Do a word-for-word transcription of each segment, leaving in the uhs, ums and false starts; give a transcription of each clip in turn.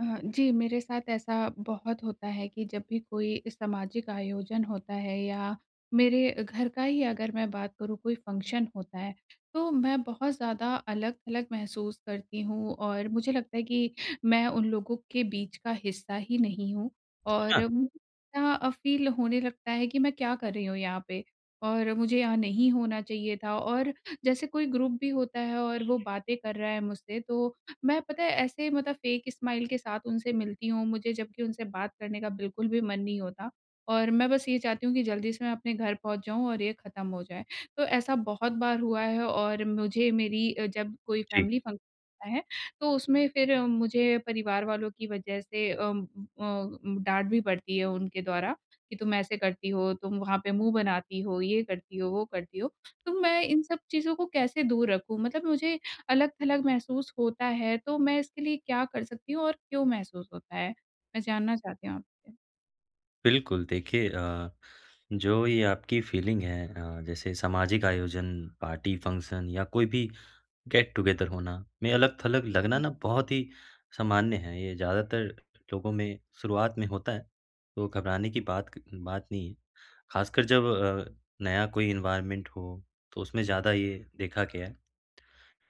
अ, जी, मेरे साथ ऐसा बहुत होता है कि जब भी कोई सामाजिक आयोजन होता है या मेरे घर का ही अगर मैं बात करूँ कोई फ़ंक्शन होता है, तो मैं बहुत ज़्यादा अलग-थलग महसूस करती हूँ और मुझे लगता है कि मैं उन लोगों के बीच का हिस्सा ही नहीं हूँ और हाँ, हुँ। इतना अ, फ़ील होने लगता है कि मैं क्या कर रही हूँ यहाँ पे और मुझे यहाँ नहीं होना चाहिए था। और जैसे कोई ग्रुप भी होता है और वो बातें कर रहा है मुझसे तो मैं पता है ऐसे मतलब फेक स्माइल के साथ उनसे मिलती हूँ, मुझे जबकि उनसे बात करने का बिल्कुल भी मन नहीं होता और मैं बस ये चाहती हूँ कि जल्दी से मैं अपने घर पहुँच जाऊँ और ये ख़त्म हो जाए। तो ऐसा बहुत बार हुआ है और मुझे मेरी अ, जब कोई जी, फैमिली फंक्शन होता है, तो उसमें फिर अ, मुझे परिवार वालों की वजह से अम, अ, डाँट भी पड़ती है उनके द्वारा कि तुम ऐसे करती हो, तुम वहाँ पे मुँह बनाती हो, ये करती हो, वो करती हो। तो मैं इन सब चीज़ों को कैसे दूर रखूँ? मतलब मुझे अलग-थलग महसूस होता है, तो मैं इसके लिए क्या कर सकती हूँ और क्यों महसूस होता है? मैं जानना चाहती हूँ आपसे। बिल्कुल। देखिए अ, जो ये आपकी फीलिंग है अ, जैसे सामाजिक आयोजन, पार्टी फंक्शन या कोई भी गेट टुगेदर होना में अलग-थलग लगना जी। ना बहुत ही सामान्य है। ये ज़्यादातर लोगों में शुरुआत में होता है, तो घबराने की बात क बात नहीं है। ख़ासकर जब अ, नया कोई एनवायरनमेंट हो, तो उसमें ज़्यादा ये देखा गया है।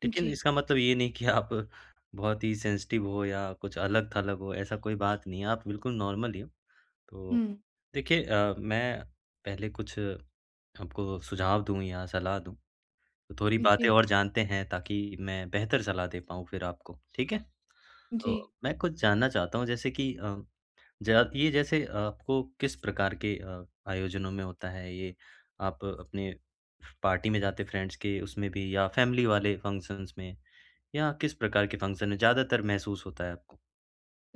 लेकिन जी। इसका मतलब ये नहीं कि आप बहुत ही सेंसिटिव हो या कुछ अलग-थलग हो, ऐसा कोई बात नहीं है। आप बिल्कुल नॉर्मल ही हो। तो हुँ, देखिए अ, मैं पहले कुछ आपको सुझाव दूँ या सलाह दूँ, तो थोड़ी बातें जी, और जानते हैं ताकि मैं बेहतर सलाह दे पाऊँ फिर आपको, ठीक है? तो जी। मैं कुछ जानना चाहता हूँ जैसे कि अ, ज ये जैसे आपको किस प्रकार के अ, आयोजनों में होता है ये? आप अपने पार्टी में जाते फ्रेंड्स के उसमें भी या फैमिली वाले फंक्शंस में या किस प्रकार के फंक्शन में ज़्यादातर महसूस होता है आपको?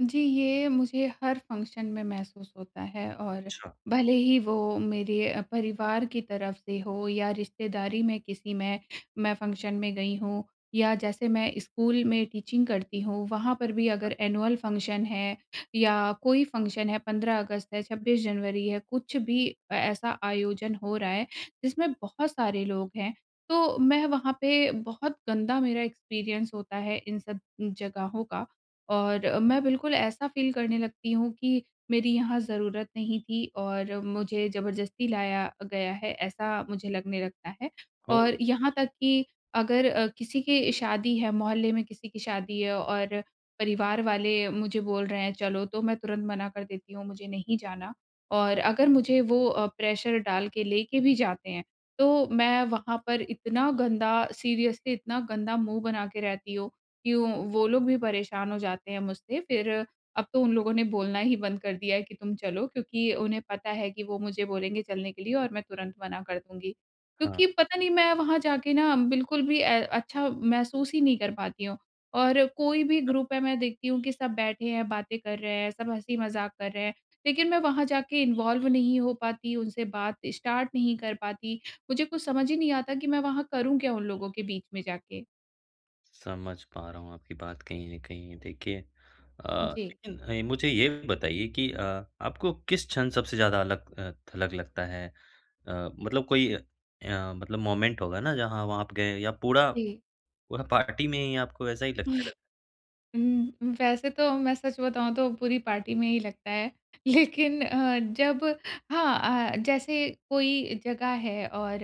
जी, ये मुझे हर फ़ंक्शन में महसूस होता है और अच्छा, भले ही वो मेरे अ, परिवार की तरफ से हो या रिश्तेदारी में किसी में मैं फ़ंक्शन में गई हूँ या जैसे मैं स्कूल में टीचिंग करती हूँ, वहाँ पर भी अगर एनुअल फ़ंक्शन है या कोई फ़ंक्शन है, पंद्रह अगस्त है, छब्बीस जनवरी है, कुछ भी अ, ऐसा आयोजन हो रहा है जिसमें बहुत सारे लोग हैं, तो मैं वहाँ पे बहुत गंदा मेरा एक्सपीरियंस होता है इन सब जगहों का। और मैं बिल्कुल ऐसा फ़ील करने लगती हूँ कि मेरी यहाँ ज़रूरत नहीं थी और मुझे ज़बरदस्ती लाया गया है, ऐसा मुझे लगने लगता है। ओह! और यहाँ तक कि अगर अ, किसी की शादी है, मोहल्ले में किसी की शादी है और परिवार वाले मुझे बोल रहे हैं चलो, तो मैं तुरंत मना कर देती हूँ, मुझे नहीं जाना। और अगर मुझे वो अ, प्रेशर डाल के लेके भी जाते हैं, तो मैं वहाँ पर इतना गंदा सीरियसली इतना गंदा मुँह बना के रहती हूँ क्यों वो लोग भी परेशान हो जाते हैं मुझसे फिर अब तो उन लोगों ने बोलना ही बंद कर दिया है कि तुम चलो क्योंकि उन्हें पता है कि वो मुझे बोलेंगे चलने के लिए और मैं तुरंत मना कर दूँगी। हाँ। क्योंकि पता नहीं मैं वहाँ जाके ना बिल्कुल भी अ, अच्छा महसूस ही नहीं कर पाती हूँ। और कोई भी ग्रुप है मैं देखती हूँ कि सब बैठे हैं, बातें कर रहे हैं, सब हँसी-मज़ाक कर रहे हैं, लेकिन मैं वहाँ जाके इन्वॉल्व नहीं हो पाती, उनसे बात स्टार्ट नहीं कर पाती। मुझे कुछ समझ ही नहीं आता कि मैं वहाँ करूँ क्या उन लोगों के बीच में जाके? समझ पा रहा हूँ आपकी बात कहीं न कहीं देखिए अ, जी। लेकिन अ, मुझे ये बताइए कि अ, आपको किस क्षण सबसे ज़्यादा अलग अ, थलग लगता है? अ, मतलब कोई अ, मतलब मोमेंट होगा ना जहाँ वहाँ आप गए या पूरा जी। पूरा पार्टी में ही आपको ऐसा ही लगता रहता है? उम, वैसे तो मैं सच बताऊँ तो पूरी पार्टी में ही लगता है। लेकिन अ, जब हाँ अ, जैसे कोई जगह है और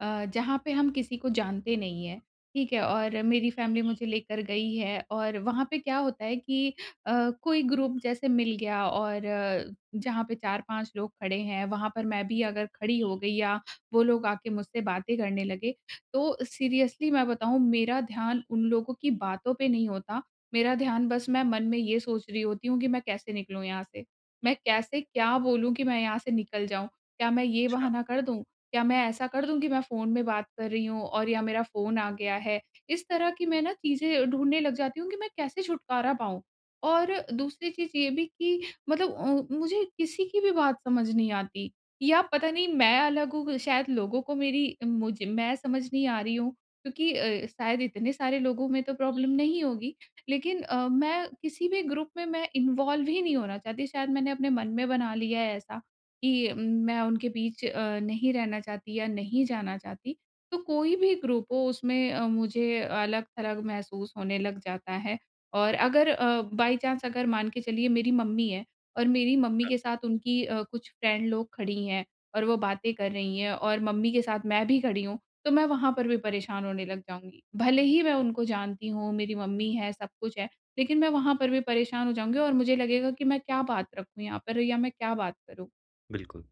अ, जहाँ पे हम किसी को जानते नहीं हैं, ठीक है? और मेरी फैमिली मुझे लेकर गई है और वहाँ पे क्या होता है कि अ, कोई ग्रुप जैसे मिल गया और अ, जहाँ पे चार पाँच लोग खड़े हैं, वहाँ पर मैं भी अगर खड़ी हो गई या वो लोग आके मुझसे बातें करने लगे, तो सीरियसली मैं बताऊँ मेरा ध्यान उन लोगों की बातों पे नहीं होता मेरा ध्यान बस मैं मन में ये सोच रही होती हूँ कि मैं कैसे निकलूँ यहाँ से? मैं कैसे क्या बोलूँ कि मैं यहाँ से निकल जाऊँ? क्या मैं ये अच्छा, बहाना कर दूँ? क्या मैं ऐसा कर दूँ कि मैं फ़ोन में बात कर रही हूँ और या मेरा फ़ोन आ गया है? इस तरह की मैं ना चीज़ें ढूँढने लग जाती हूँ कि मैं कैसे छुटकारा पाऊँ। और दूसरी चीज़ ये भी कि मतलब अ, मुझे किसी की भी बात समझ नहीं आती या पता नहीं मैं अलग हूँ शायद लोगों को मेरी मुझे मैं समझ नहीं आ रही हूँ क्योंकि अ, शायद इतने सारे लोगों में तो प्रॉब्लम नहीं होगी। लेकिन अ, मैं किसी भी ग्रुप में मैं इन्वॉल्व ही नहीं होना चाहती, शायद मैंने अपने मन में बना लिया है ऐसा कि उम, मैं उनके बीच अ, नहीं रहना चाहती या नहीं जाना चाहती। तो कोई भी ग्रुप हो उसमें अ, मुझे अलग-थलग महसूस होने लग जाता है और अगर अ, बाई चांस अगर मान के चलिए मेरी मम्मी है और मेरी मम्मी के साथ उनकी अ, कुछ फ्रेंड लोग खड़ी हैं और वो बातें कर रही हैं और मम्मी के साथ मैं भी खड़ी हूँ, तो मैं वहाँ पर भी परेशान होने लग जाऊँगी। भले ही मैं उनको जानती हूँ, मेरी मम्मी है, सब कुछ है, लेकिन मैं वहाँ पर भी परेशान हो जाऊँगी और मुझे लगेगा कि मैं क्या बात रखूँ यहाँ पर या मैं क्या बात करूँ? बिल्कुल।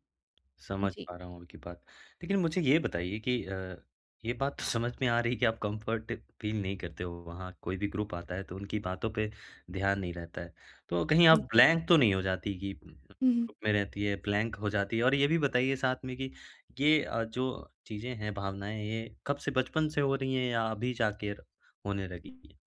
समझ जी। पा रहा हूँ आपकी बात। लेकिन मुझे ये बताइए कि अ, ये बात तो समझ में आ रही है कि आप कंफर्ट फ़ील नहीं करते हो, वहाँ कोई भी ग्रुप आता है तो उनकी बातों पे ध्यान नहीं रहता है। तो कहीं आप जी। ब्लैंक तो नहीं हो जाती कि ग्रुप में रहती है, ब्लैंक हो जाती है? और ये भी बताइए साथ में कि ये अ, जो चीज़ें हैं, भावनाएँ ये कब से बचपन से हो रही हैं या अभी जाके र होने लगी हैं?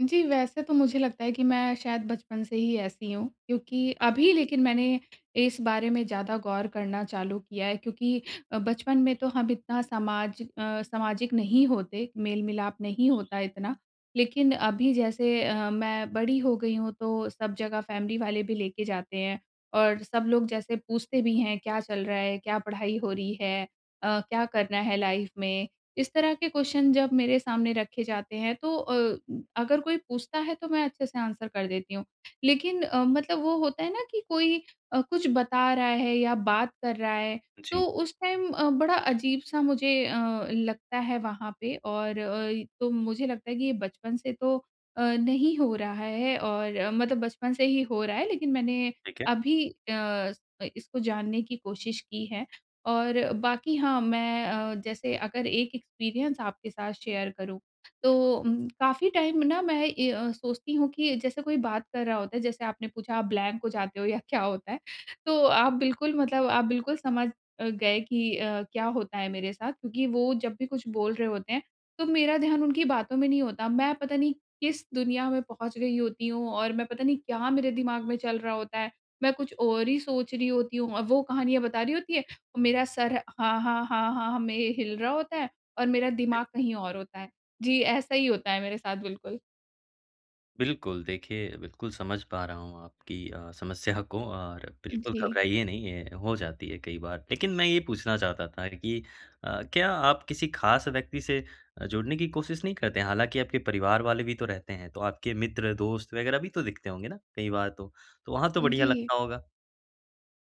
जी, वैसे तो मुझे लगता है कि मैं शायद बचपन से ही ऐसी हूँ, क्योंकि अभी लेकिन मैंने इस बारे में ज़्यादा गौर करना चालू किया है क्योंकि अ, बचपन में तो हम इतना समाज अ, सामाजिक नहीं होते, मेल-मिलाप नहीं होता इतना। लेकिन अभी जैसे अ, मैं बड़ी हो गई हूँ, तो सब जगह फैमिली वाले भी लेके जाते हैं और सब लोग जैसे पूछते भी हैं, "क्या चल रहा है? क्या पढ़ाई हो रही है? अ, क्या करना है लाइफ़ में?" इस तरह के क्वेश्चन जब मेरे सामने रखे जाते हैं तो अ, अगर कोई पूछता है तो मैं अच्छे से आंसर कर देती हूँ। लेकिन अ, मतलब वो होता है ना कि कोई अ, कुछ बता रहा है या बात कर रहा है जी, तो उस टाइम अ, बड़ा अजीब-सा मुझे अ, लगता है वहाँ पे और अ, तो मुझे लगता है कि ये बचपन से तो अ, नहीं हो रहा है और अ, मतलब बचपन से ही हो रहा है लेकिन मैंने ठीक है। अभी अ, इसको जानने की कोशिश की है। और बाकी हाँ, मैं अ, जैसे अगर एक एक्सपीरियंस आपके साथ शेयर करूँ, तो उम, काफ़ी टाइम ना मैं ए अ, सोचती हूँ कि जैसे कोई बात कर रहा होता है, जैसे आपने पूछा आप ब्लैंक हो जाते हो या क्या होता है, तो आप बिल्कुल मतलब आप बिल्कुल समझ अ, गए कि अ, क्या होता है मेरे साथ क्योंकि वो जब भी कुछ बोल रहे होते हैं, तो मेरा ध्यान उनकी बातों में नहीं होता। मैं पता नहीं किस दुनिया में पहुँच गई होती हूँ और मैं पता नहीं क्या मेरे दिमाग में चल रहा होता है। मैं कुछ और ही सोच रही होती हूँ और वो कहानियाँ बता रही होती है मेरा सर हाँ, हाँ, हाँ, हाँ, हाँ में हिल रहा होता है और मेरा दिमाग कहीं और होता है। जी, ऐसा ही होता है मेरे साथ बिल्कुल। बिल्कुल, देखिए बिल्कुल समझ पा रहा हूँ आपकी अ, समस्या को और बिल्कुल जी, घबराइए नहीं, ये हो जाती है कई बार। लेकिन मैं ये पूछना चाहता था कि अ, क्या आप किसी ख़ास व्यक्ति से अ, जुड़ने की कोशिश नहीं करते हैं? हालाँकि आपके परिवार वाले भी तो रहते हैं, तो आपके मित्र, दोस्त वग़ैरह भी तो दिखते होंगे ना कई बार तो। तो वहाँ तो बढ़िया जी। लगता होगा।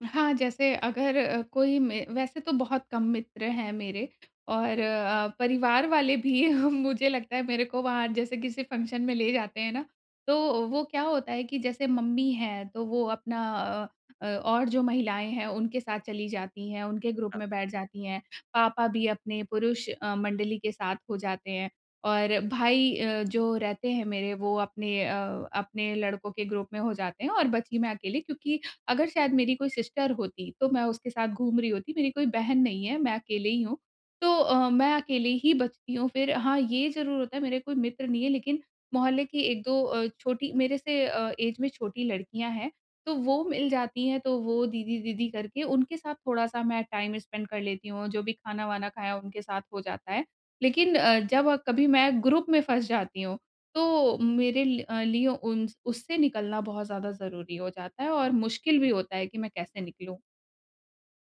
हाँ, जैसे अगर अ, कोई मे वैसे तो बहुत कम मित्र हैं मेरे और अ, परिवार वाले भी मुझे लगता है मेरे को वहाँ जैसे किसी फंक्शन में ले जाते हैं ना, तो वो क्या होता है कि जैसे मम्मी हैं, तो वो अपना अ अ, और जो महिलाएँ हैं, उनके साथ चली जाती हैं, उनके ग्रुप में बैठ जाती हैं। पापा भी अपने पुरुष अ, मंडली के साथ हो जाते हैं और भाई अ, जो रहते हैं मेरे, वो अपने अ, अपने लड़कों के ग्रुप में हो जाते हैं और बची मैं अकेले क्योंकि अगर शायद मेरी कोई सिस्टर होती, तो मैं उसके साथ घूम रही होती, मेरी कोई बहन नहीं है, मैं अकेले ही हूँ। तो अ, मैं अकेले ही बचती हूँ फिर हाँ, ये ज़रूर होता है मेरे कोई मित्र नहीं है लेकिन मोहल्ले की एक दो अ, छोटी मेरे से अ, ऐज में छोटी लड़कियाँ हैं, तो वो मिल जाती हैं, तो वो दीदी, दीदी करके उनके साथ थोड़ा-सा मैं टाइम स्पेंड कर लेती हूँ, जो भी खाना-वाना खाया उनके साथ हो जाता है। लेकिन अ, जब अ, कभी मैं ग्रुप में फँस जाती हूँ तो मेरे लि अ, लिए उन उससे निकलना बहुत ज़्यादा ज़रूरी हो जाता है और मुश्किल भी होता है कि मैं कैसे निकलूँ?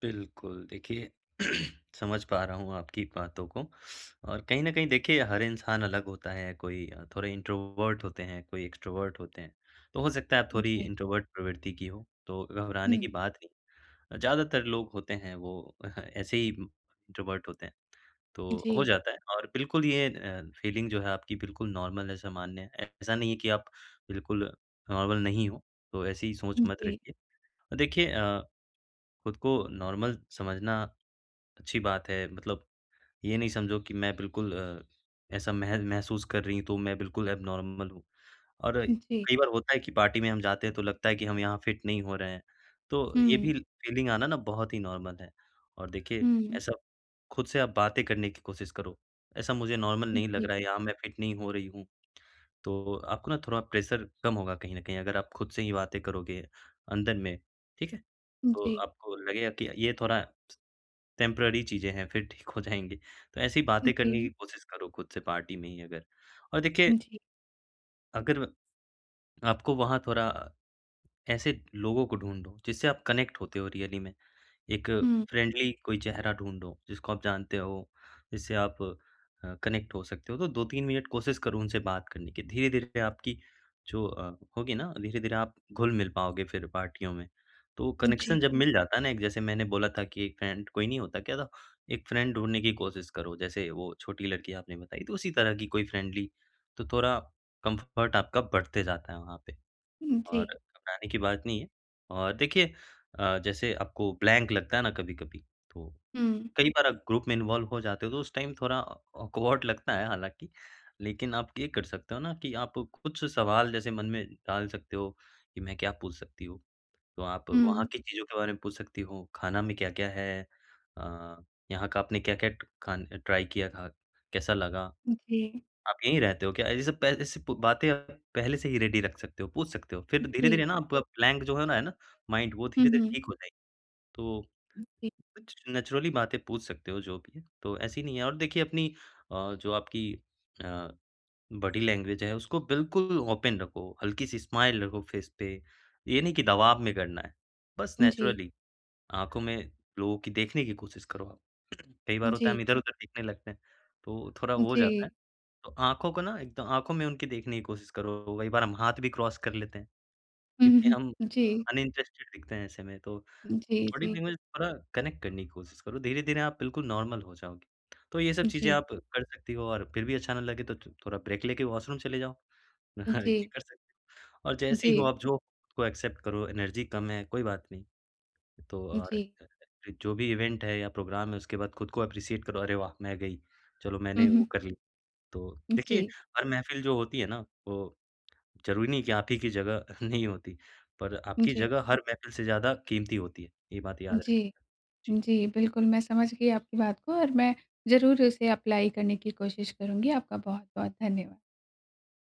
बिल्कुल, देखिए समझ पा रहा हूँ आपकी बातों को और कहीं न कहीं देखिए हर इंसान अलग होता है, कोई अ, थोड़े इंट्रोवर्ट होते हैं, कोई एक्सट्रोवर्ट होते हैं। तो हो सकता है आप थोड़ी जी। इंट्रोवर्ट प्रवृत्ति की हो, तो हुँ, घबराने की बात नहीं। अ, ज़्यादातर लोग होते हैं वो ऐसे ही इंट्रोवर्ट होते हैं, तो हो जी। जाता है और बिल्कुल ये अ, फीलिंग जो है आपकी बिल्कुल नॉर्मल है, सामान्य है। ऐसा नहीं है कि आप बिल्कुल नॉर्मल नहीं हो, तो ऐसी सोच मत जी, रखिए। और देखिए अ, खुद को नॉर्मल समझना अच्छी बात है मतलब ये नहीं समझो कि मैं बिल्कुल अ, ऐसा मह महसूस कर रही हूँ तो मैं बिल्कुल एब्नॉर्मल हूँ। और जी। कई बार होता है कि पार्टी में हम जाते हैं तो लगता है कि हम यहाँ फिट नहीं हो रहे हैं। तो ये हुँ, भी फीलिंग आना ना बहुत ही नॉर्मल है। और देखिए हुँ। ऐसा खुद से आप बातें करने की कोशिश करो। ऐसा मुझे नॉर्मल जी, नहीं लग जी, रहा है यहाँ मैं फिट नहीं हो रही हूँ। तो आपको ना थोड़ा प्रेशर कम होगा कहीं न कहीं अगर आप खुद से ही बातें करोगे अंदर में, ठीक है? जी, तो जी, आपको लगेगा कि ये थोड़ा टेम्पररी चीज़ें हैं, फिर ठीक हो जाएँगे। तो ऐसी बातें करने की हुँ। कोशिश करो खुद से पार्टी में ही अगर। और देखिए, जी, जी। अगर आपको वहाँ थोड़ा ऐसे लोगों को ढूँढो, जिससे आप कनेक्ट होते हो रियली में। एक हुँ, फ्रेंडली कोई चेहरा ढूँढो, जिसको आप जानते हो, जिससे आप अ, कनेक्ट हो सकते हो। तो दो तीन मिनट कोशिश करो उनसे बात करने की। धीरे-धीरे आपकी जो अ, होगी ना, धीरे-धीरे आप घुल-मिल पाओगे फिर पार्टियों में। तो हुँ। जी, कनेक्शन जब मिल जाता है ना एक जैसे मैंने बोला था कि एक फ्रेंड कोई नहीं होता क्या था, एक फ्रेंड ढूँढने की कोशिश करो। जैसे वो छोटी लड़की आपने बताई, तो उसी तरह की कोई फ्रेंडली, तो थोड़ा कम्फर्ट आपका बढ़ते जाता है वहाँ पे। जी, हुँ, हुँ। जी, जी, और जी, जी। घबराने की बात नहीं है और देखिए अ, जैसे आपको ब्लैंक लगता है ना कभी-कभी, तो हुँ, कई बार आप ग्रुप में इन्वॉल्व हो जाते हो तो उस टाइम थोड़ा ऑकवर्ड लगता है हालाँकि, लेकिन आप ये कर सकते हो ना कि आप कुछ सवाल जैसे मन में डाल सकते हो कि मैं क्या पूछ सकती हूँ? तो आप हुँ, वहाँ हुँ। की चीज़ों के बारे में पूछ सकती हो, खाना में क्या-क्या है? अ, यहाँ का आपने क्या-क्या ट खान ट्राई किया था? कैसा लगा? जी, आप यहीं रहते हो क्या? जैसे पह ऐसे प बातें आप पहले से ही रेडी रख सकते हो, पूछ सकते हो। जी, फिर धीरे-धीरे जी, ना आपका ब्लैंक जो है ना है ना माइंड वो धीरे-धीरे जी, ठीक हो जाएगी। तो कुछ नेचुरली बातें पूछ सकते हो जो भी है, तो ऐसी नहीं है और देखिए अपनी अ, जो आपकी अ, बॉडी लैंग्वेज है उसको बिल्कुल ओपन रखो, हल्की-सी स्माइल रखो फेस पे। ये नहीं कि दबाव में करना है, बस नेचुरली आँखों में लोगों की देखने की कोशिश करो आप। कई बार होता है हम इधर-उधर देखने लगते हैं, तो थोड़ा वो हो जाता है। तो आँखों को ना एकदम आँखों में उनकी देखने की कोशिश करो, कई बार हम हाथ भी क्रॉस कर लेते हैं, क्योंकि हम अनइंटरेस्टेड दिखते हैं ऐसे में, तो बॉडी लैंग्वेज थोड़ा कनेक्ट करने की कोशिश करो, धीरे-धीरे आप बिल्कुल नॉर्मल हो जाओगे। तो ये सब चीज़ें आप कर सकती हो और फिर भी अच्छा ना लगे तो थो थोड़ा ब्रेक लेके वॉशरूम चले जाओ। ये कर सकते हो और जी, जैसे ही हो जी, आप जो को एक्सेप्ट करो, एनर्जी कम है, कोई बात नहीं। तो और जी। फिर जो भी इवेंट है या प्रोग्राम है उसके बाद खुद को एप्रिशिएट करो, अरे वाह! मैं गई, चलो हुँ, मैंने वो हुँ। कर ली। तो देखिए जी, हर महफ़िल जो होती है ना वो ज़रूरी नहीं कि आप ही की जगह नहीं होती, पर आपकी जी, जगह हर महफ़िल से ज़्यादा कीमती होती है, ये बात याद जी। रखिएगा। जी। जी, बिल्कुल, मैं समझ गई आपकी बात को और मैं ज़रूर उसे अप्लाई करने की कोशिश करूँगी। आपका बहुत-बहुत धन्यवाद।